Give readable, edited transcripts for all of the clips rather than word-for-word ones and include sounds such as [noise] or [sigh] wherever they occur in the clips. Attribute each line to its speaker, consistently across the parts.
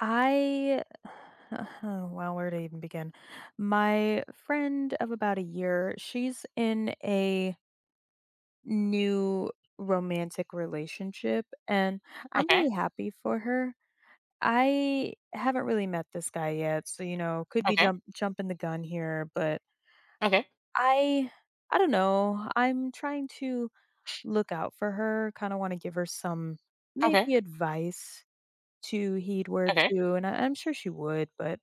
Speaker 1: I [sighs] oh, well, where to even begin? My friend of about a year, she's in a new romantic relationship, and I'm
Speaker 2: Okay,
Speaker 1: very happy for her. I haven't really met this guy yet, so could be
Speaker 2: okay,
Speaker 1: jumping the gun here, but
Speaker 2: okay,
Speaker 1: I I don't know. I'm trying to look out for her, kind of want to give her some
Speaker 2: okay,
Speaker 1: maybe advice to heed word
Speaker 2: okay.
Speaker 1: to, and I'm sure she would, but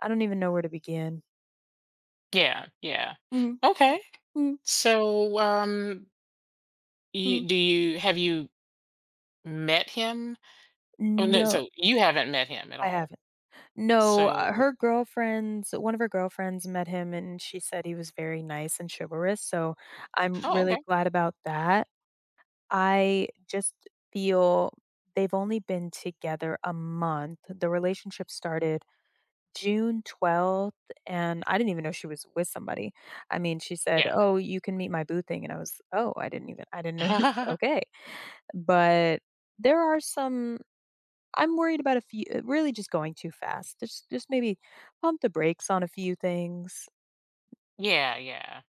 Speaker 1: I don't even know where to begin.
Speaker 2: Yeah, yeah.
Speaker 1: Mhm,
Speaker 2: Okay.
Speaker 1: mhm,
Speaker 2: So,
Speaker 1: mhm.
Speaker 2: you, do you have you met him? Oh no,
Speaker 1: No,
Speaker 2: so you haven't met him at
Speaker 1: I
Speaker 2: all.
Speaker 1: haven't. No,
Speaker 2: So,
Speaker 1: her girlfriends one of her girlfriends met him, and she said he was very nice and chivalrous, so I'm
Speaker 2: oh,
Speaker 1: really
Speaker 2: okay,
Speaker 1: glad about that. I just feel they've only been together a month. The relationship started June 12th, and I didn't even know she was with somebody. I mean, she
Speaker 2: yeah,
Speaker 1: said, "Oh, you can meet my boo thing," and I was, "Oh, I didn't know." [laughs]
Speaker 2: [laughs]
Speaker 1: Okay. But there are some I'm worried about a few really just going too fast. Just maybe pump the brakes on a few things.
Speaker 2: yeah, yeah.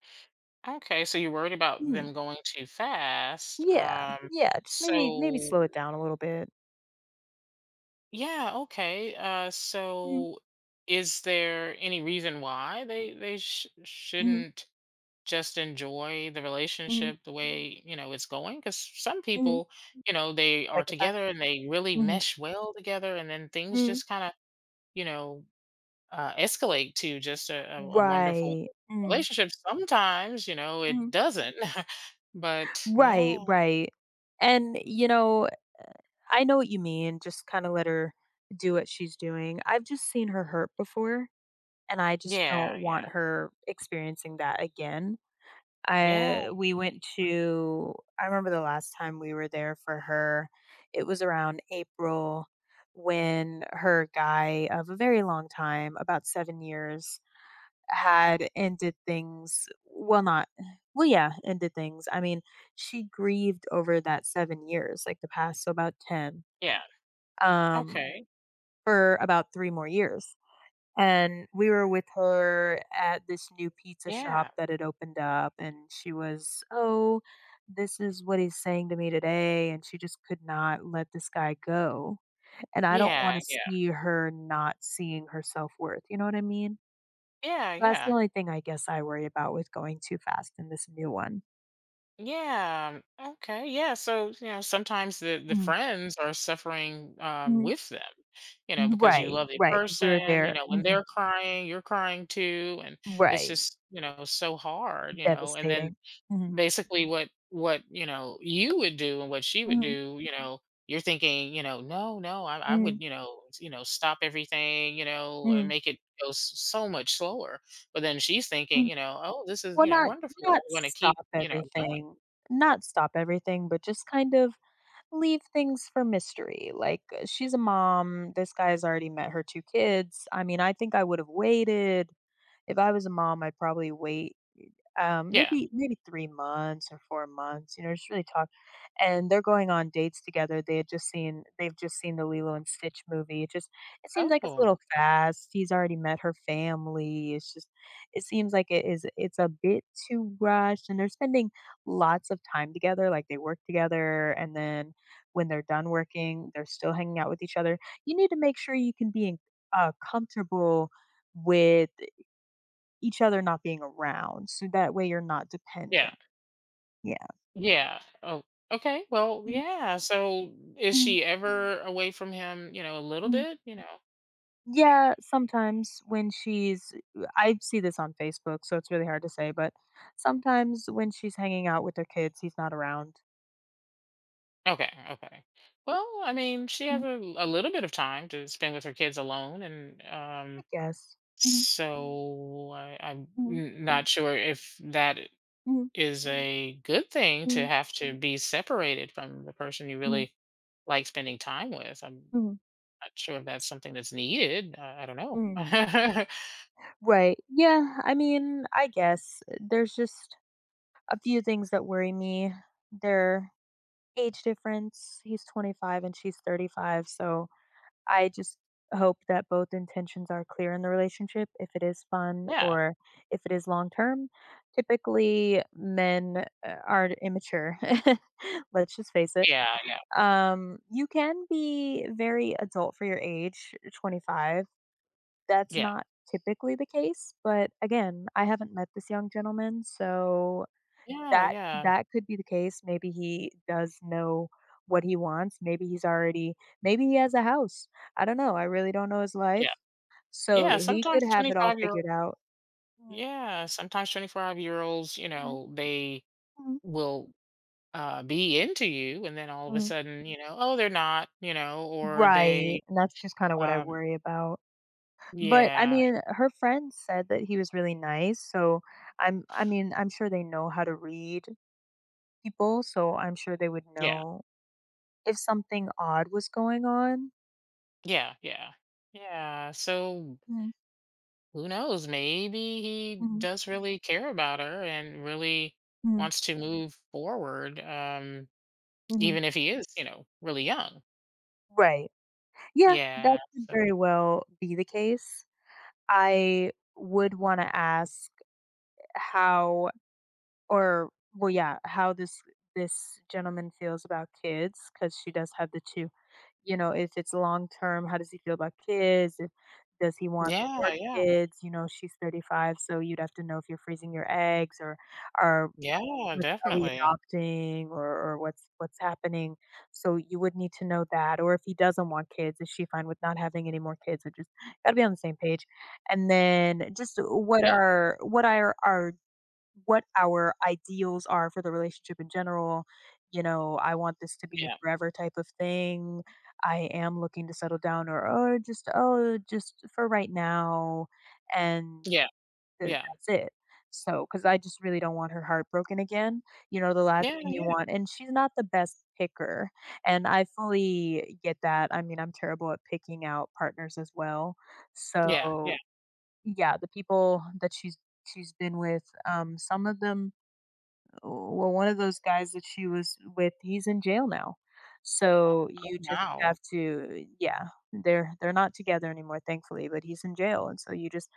Speaker 2: Okay, so you're worried about
Speaker 1: Mm,
Speaker 2: them going too fast.
Speaker 1: yeah, yeah, just maybe
Speaker 2: So
Speaker 1: slow it down a little bit.
Speaker 2: yeah, okay.
Speaker 1: Mhm,
Speaker 2: Is there any reason why they sh
Speaker 1: mhm,
Speaker 2: shouldn't just enjoy the
Speaker 1: mhm,
Speaker 2: relationship the way you know it's going? Because some
Speaker 1: mhm,
Speaker 2: people, mhm, you know, they
Speaker 1: like
Speaker 2: are
Speaker 1: it fast.
Speaker 2: together and they really
Speaker 1: Mhm,
Speaker 2: mesh well together, and then things
Speaker 1: mhm.
Speaker 2: just kind of, you know, escalate to just a wonderful
Speaker 1: Right. Mhm,
Speaker 2: relationship. Sometimes, you know,
Speaker 1: mhm.
Speaker 2: it doesn't. [laughs] But
Speaker 1: Right,
Speaker 2: yeah,
Speaker 1: right. And, I know what you mean, just kinda let her do what she's doing. I've just seen her hurt before, and I just don't
Speaker 2: yeah, yeah,
Speaker 1: want her experiencing that again.
Speaker 2: yeah,
Speaker 1: I We went to I remember the last time we were there for her, it was around April when her guy of a very long time, about 7 years, had ended things well, not well, yeah, ended things. I mean, she grieved over that 7 years, like, the past, so about 10.
Speaker 2: yeah,
Speaker 1: Um
Speaker 2: okay,
Speaker 1: for about 3 more years. And we were with her at this new pizza shop
Speaker 2: yeah,
Speaker 1: that had opened up, and she was, "Oh, this is what he's saying to me today," and she just could not let this guy go, and I don't
Speaker 2: yeah,
Speaker 1: wanna
Speaker 2: yeah,
Speaker 1: see her not seeing her self-worth, you know what I mean?
Speaker 2: yeah,
Speaker 1: That's the
Speaker 2: yeah.
Speaker 1: only thing I guess I worry about with going too fast in this new one.
Speaker 2: Yeah. Okay. Yeah. So, you know, sometimes the
Speaker 1: Mm,
Speaker 2: friends are suffering,
Speaker 1: mhm.
Speaker 2: with them, you know, because you
Speaker 1: Right,
Speaker 2: love the
Speaker 1: right. Because we were
Speaker 2: person. You
Speaker 1: there.
Speaker 2: know, when they're
Speaker 1: Mhm.
Speaker 2: crying, you're crying too, and it's
Speaker 1: Right.
Speaker 2: just, you know, so hard, you know. And then
Speaker 1: Devastating. Mhm.
Speaker 2: basically what, you know, you would do and what she would
Speaker 1: Mhm.
Speaker 2: do, you know, you're thinking, you know, no, no, I
Speaker 1: Mhm.
Speaker 2: would, you know, you know, stop everything, you know, and
Speaker 1: Mhm.
Speaker 2: make it go so much slower. But then she's thinking,
Speaker 1: Mhm.
Speaker 2: you know, oh, this is,
Speaker 1: Well,
Speaker 2: you know, wonderful.
Speaker 1: not
Speaker 2: I'm going to keep,
Speaker 1: stop
Speaker 2: you know, going.
Speaker 1: everything not stop everything, but just kind of leave things for mystery, like, she's a mom, this guy has already met her 2 kids, I mean, I think I would've waited. If I was a mom, I'd probably wait,
Speaker 2: Yeah.
Speaker 1: maybe 3 months or 4 months, you know, just really talk and they're going on dates together. They've just seen the Lilo and Stitch movie. It just it seems like it's a
Speaker 2: Oh.
Speaker 1: little fast. He's already met her family. It's just it seems like it's a bit too rushed and they're spending lots of time together. Like they work together and then when they're done working, they're still hanging out with each other. You need to make sure you can be in, comfortable with each other not being around so that way you're not
Speaker 2: Yeah.
Speaker 1: dependent. Yeah.
Speaker 2: Yeah. Oh, okay. Well, yeah. So is
Speaker 1: Mhm.
Speaker 2: she ever away from him, you know, a little
Speaker 1: Mhm.
Speaker 2: bit, you know?
Speaker 1: Yeah, sometimes when she's I see this on Facebook, so it's really hard to say, but sometimes when she's hanging out with her kids, he's not around.
Speaker 2: Okay. Okay. Well, I mean, she has
Speaker 1: Mhm.
Speaker 2: a little bit of time to spend with her kids alone. And
Speaker 1: I guess. Mhm,
Speaker 2: I, I'm
Speaker 1: mhm,
Speaker 2: n- not sure if that
Speaker 1: mhm,
Speaker 2: is a good thing, to
Speaker 1: mhm,
Speaker 2: have to be separated from the person you
Speaker 1: mhm,
Speaker 2: really like spending time with. I'm
Speaker 1: mhm,
Speaker 2: not sure if that's something that's needed. I don't know.
Speaker 1: mhm.
Speaker 2: [laughs]
Speaker 1: Right. Yeah, I mean, I guess there's just a few things that worry me. Their age difference. He's 25 and she's 35, so I just hope that both intentions are clear in the relationship if it is fun
Speaker 2: Yeah.
Speaker 1: or if it is long term. Typically, men are immature. [laughs] Let's just face it.
Speaker 2: Yeah, yeah,
Speaker 1: You can be very adult for your age, 25. That's
Speaker 2: yeah.
Speaker 1: not typically the case. But again, I haven't met this young gentleman. So
Speaker 2: Yeah,
Speaker 1: that
Speaker 2: yeah,
Speaker 1: that could be the case. Maybe he does know what he wants. Maybe he has a house. I don't know. I really don't know his
Speaker 2: yeah.
Speaker 1: life. So
Speaker 2: Yeah,
Speaker 1: he could
Speaker 2: sometimes
Speaker 1: have it all
Speaker 2: 25 year
Speaker 1: figured out. Mhm,
Speaker 2: yeah, sometimes 25-year-olds, you
Speaker 1: mhm,
Speaker 2: know, they
Speaker 1: mhm,
Speaker 2: will, be into you, and then all of a
Speaker 1: mhm.
Speaker 2: sudden, you know, oh, they're not, you know, or
Speaker 1: Right,
Speaker 2: they,
Speaker 1: and that's just kinda what I
Speaker 2: um
Speaker 1: worry about. But, I
Speaker 2: yeah,
Speaker 1: mean, her friend said that he was really nice, so I mean, I'm sure they know how to read people, so I'm sure they would
Speaker 2: yeah,
Speaker 1: know if something odd was going on.
Speaker 2: yeah, yeah. Yeah, so
Speaker 1: Mhm,
Speaker 2: who knows? Maybe he
Speaker 1: mhm,
Speaker 2: does really care about her and really
Speaker 1: mhm,
Speaker 2: wants to move forward,
Speaker 1: mhm.
Speaker 2: even if he is, you know, really young.
Speaker 1: Right. Yeah, that
Speaker 2: Yeah,
Speaker 1: could
Speaker 2: so
Speaker 1: very well be the case. I would want to ask how or, well, yeah, how this gentleman feels about kids cuz she does have the two. You know, if it's long term, how does he feel about kids? If, does he want more
Speaker 2: yeah, yeah.
Speaker 1: kids? You know, she's 35, so you'd have to know if you're freezing your eggs or are
Speaker 2: Yeah,
Speaker 1: What's, are we
Speaker 2: definitely.
Speaker 1: adopting or what's happening? So you would need to know that, or if he doesn't want kids, is she fine with not having any more kids? Or just gotta be on the same page. And then just
Speaker 2: Yeah,
Speaker 1: what are our what our ideals are for the relationship in general. You know, I want this to be a
Speaker 2: yeah,
Speaker 1: forever type of thing. I am looking to settle down or oh just for right now and
Speaker 2: yeah,
Speaker 1: Th
Speaker 2: yeah.
Speaker 1: that's it. So, cause I just really don't want her heartbroken again, you know, the last
Speaker 2: Yeah,
Speaker 1: thing you
Speaker 2: yeah,
Speaker 1: want and she's not the best picker, and I fully get that, I mean, I'm terrible at picking out partners as well.
Speaker 2: yeah,
Speaker 1: So,
Speaker 2: yeah.
Speaker 1: yeah, the people that she's been with, some of them well, one of those guys that she was with, he's in jail now. So
Speaker 2: Oh,
Speaker 1: you just
Speaker 2: wow.
Speaker 1: have to yeah, they're not together anymore thankfully, but he's in jail and so you just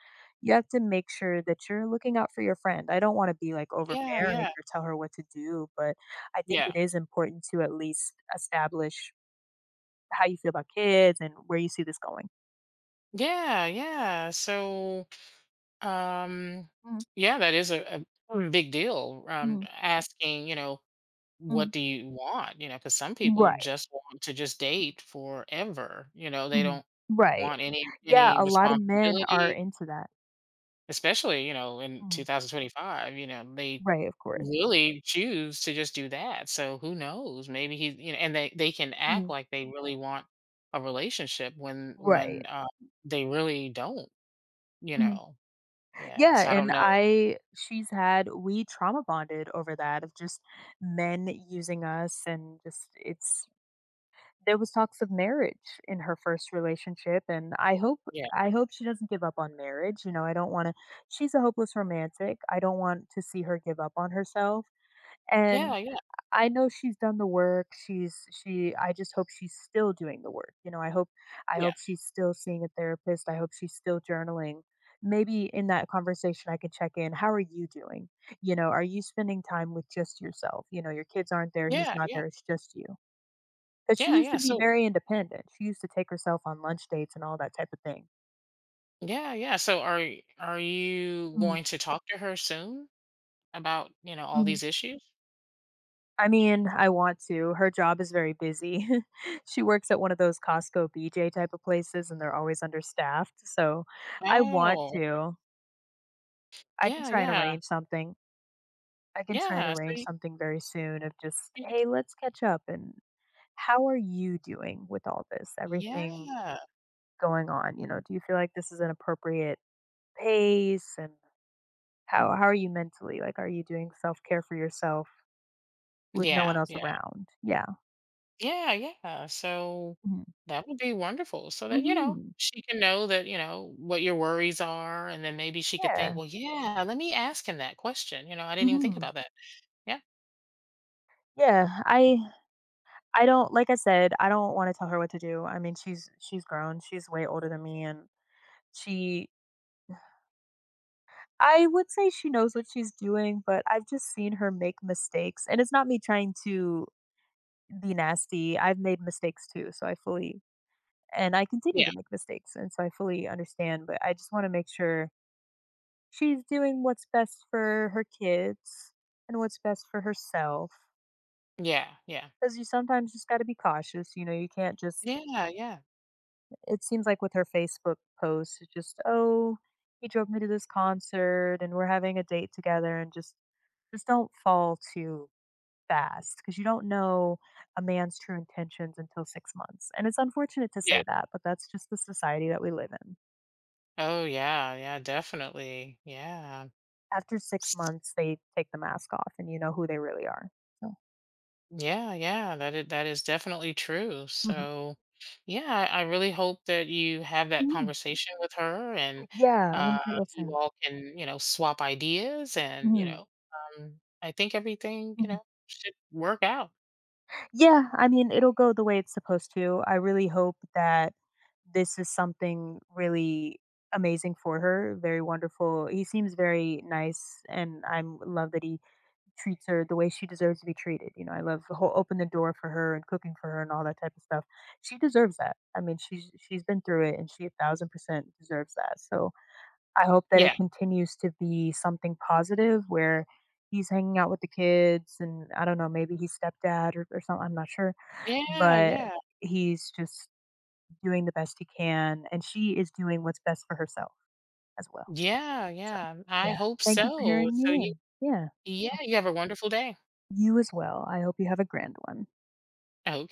Speaker 1: you have to make sure that you're looking out for your friend. I don't want to be like
Speaker 2: Yeah,
Speaker 1: overbearing
Speaker 2: yeah,
Speaker 1: or tell her what to do, but I think
Speaker 2: yeah.
Speaker 1: it is important to at least establish how you feel about kids and where you see this going.
Speaker 2: Yeah, yeah. So, um,
Speaker 1: Mm,
Speaker 2: yeah, that is a big deal.
Speaker 1: mhm,
Speaker 2: Asking, you know, what
Speaker 1: mhm.
Speaker 2: do you want? You know, because some people
Speaker 1: Right.
Speaker 2: just want to just date forever. You know, they
Speaker 1: Mhm.
Speaker 2: don't
Speaker 1: Right.
Speaker 2: want any
Speaker 1: Yeah,
Speaker 2: any
Speaker 1: a lot of men are
Speaker 2: responsibility.
Speaker 1: into that.
Speaker 2: Especially, you know, in
Speaker 1: Mhm.
Speaker 2: 2025, you know, they
Speaker 1: Right, of course.
Speaker 2: really choose to just do that, so who knows? Maybe he, you know, and they can act
Speaker 1: Mhm.
Speaker 2: like they really want a relationship when
Speaker 1: Right.
Speaker 2: they really don't, you
Speaker 1: Mhm.
Speaker 2: know? Yeah,
Speaker 1: Yeah,
Speaker 2: so I don't
Speaker 1: and
Speaker 2: know.
Speaker 1: I she's had we trauma bonded over that of just men using us and just it's there was talks of marriage in her first relationship and
Speaker 2: Yeah.
Speaker 1: I hope she doesn't give up on marriage. You know, I don't want to she's a hopeless romantic. I don't want to see her give up on herself. And
Speaker 2: Yeah, yeah,
Speaker 1: I know she's done the work. She's she I just hope she's still doing the work. You know, I
Speaker 2: yeah.
Speaker 1: hope she's still seeing a therapist. I hope she's still journaling. Maybe in that conversation I could check in, how are you doing? You know, are you spending time with just yourself? You know, your kids aren't there, he's
Speaker 2: Yeah,
Speaker 1: not
Speaker 2: yeah.
Speaker 1: there, it's just you. Cuz she
Speaker 2: Yeah,
Speaker 1: used
Speaker 2: yeah,
Speaker 1: to be
Speaker 2: so
Speaker 1: very independent. She used to take herself on lunch dates and all that type of thing.
Speaker 2: yeah, yeah, so are you
Speaker 1: Mhm,
Speaker 2: going to talk to her soon about, you know, all
Speaker 1: mhm.
Speaker 2: these issues?
Speaker 1: I mean, I want to. Her job is very busy. [laughs] She works at one of those Costco BJ type of places, and they're always understaffed, so I want
Speaker 2: Oh,
Speaker 1: to. I can
Speaker 2: yeah,
Speaker 1: try and
Speaker 2: yeah.
Speaker 1: arrange something. I can try and
Speaker 2: Yeah, so
Speaker 1: arrange
Speaker 2: you
Speaker 1: something very soon of just,
Speaker 2: you
Speaker 1: "Hey, let's catch up," and how are you doing with all this? Everything
Speaker 2: Yeah.
Speaker 1: going on, you know, do you feel like this is an appropriate pace, and how are you mentally? Like, are you doing self-care for yourself with no one
Speaker 2: Yeah,
Speaker 1: else
Speaker 2: yeah.
Speaker 1: around? Yeah.
Speaker 2: Yeah, yeah. So
Speaker 1: Mhm.
Speaker 2: that would be wonderful, so that, you know,
Speaker 1: Mhm.
Speaker 2: she can know, that, you know, what your worries are. And then maybe she could think,
Speaker 1: Yeah.
Speaker 2: well, yeah, let me ask him that question. You know, I didn't even think
Speaker 1: Mhm.
Speaker 2: about that. Yeah.
Speaker 1: Yeah, I don't like I said, I don't wanna tell her what to do. I mean, she's grown, she's way older than me, and she I would say she knows what she's doing, but I've just seen her make mistakes, and it's not me trying to be nasty. I've made mistakes too, so I fully and I continue
Speaker 2: Yeah.
Speaker 1: to make mistakes, and so I fully understand, but I just wanna make sure she's doing what's best for her kids and what's best for herself.
Speaker 2: Yeah. Yeah.
Speaker 1: Because you sometimes just gotta be cautious, you know, you can't just
Speaker 2: Yeah. Yeah.
Speaker 1: It seems like with her Facebook posts, it's just, "Oh, he drove me to this concert and we're having a date together," and just don't fall too fast because you don't know a man's true intentions until 6 months. And it's unfortunate to
Speaker 2: Yeah.
Speaker 1: say that, but that's just the society that we live in.
Speaker 2: Oh, yeah. Yeah. Definitely. Yeah.
Speaker 1: After 6 months, they take the mask off and you know who they really are. So,
Speaker 2: Yeah, yeah, that is definitely true.
Speaker 1: mhm.
Speaker 2: So, yeah, I really hope that you have that
Speaker 1: Mhm.
Speaker 2: conversation with her. And
Speaker 1: Yeah, I
Speaker 2: uh,
Speaker 1: wouldn't do it real
Speaker 2: you
Speaker 1: soon.
Speaker 2: all can, you know, swap ideas. And, you
Speaker 1: Mhm.
Speaker 2: know, I think everything, you
Speaker 1: Mhm.
Speaker 2: know, should work out.
Speaker 1: Yeah, I mean, it'll go the way it's supposed to. I really hope that this is something really amazing for her, very wonderful. He seems very nice, and I am love that he treats her the way she deserves to be treated. You know, I love the whole open the door for her and cooking for her and all that type of stuff. She deserves that. I mean, she's been through it, and she 1,000% deserves that. So I hope that it
Speaker 2: Yeah.
Speaker 1: continues to be something positive where he's hanging out with the kids and I don't know, maybe he's stepdad or something. I'm not sure
Speaker 2: Yeah,
Speaker 1: but
Speaker 2: yeah.
Speaker 1: he's just doing the best he can, and she is doing what's best for herself as well.
Speaker 2: Yeah,
Speaker 1: So,
Speaker 2: yeah. I
Speaker 1: yeah.
Speaker 2: hope
Speaker 1: Thank you for
Speaker 2: so.
Speaker 1: hearing
Speaker 2: So
Speaker 1: me,
Speaker 2: you,
Speaker 1: and yeah.
Speaker 2: yeah,
Speaker 1: Hope
Speaker 2: you have a wonderful day.
Speaker 1: you as well. I hope you have a grand one.
Speaker 2: Okay.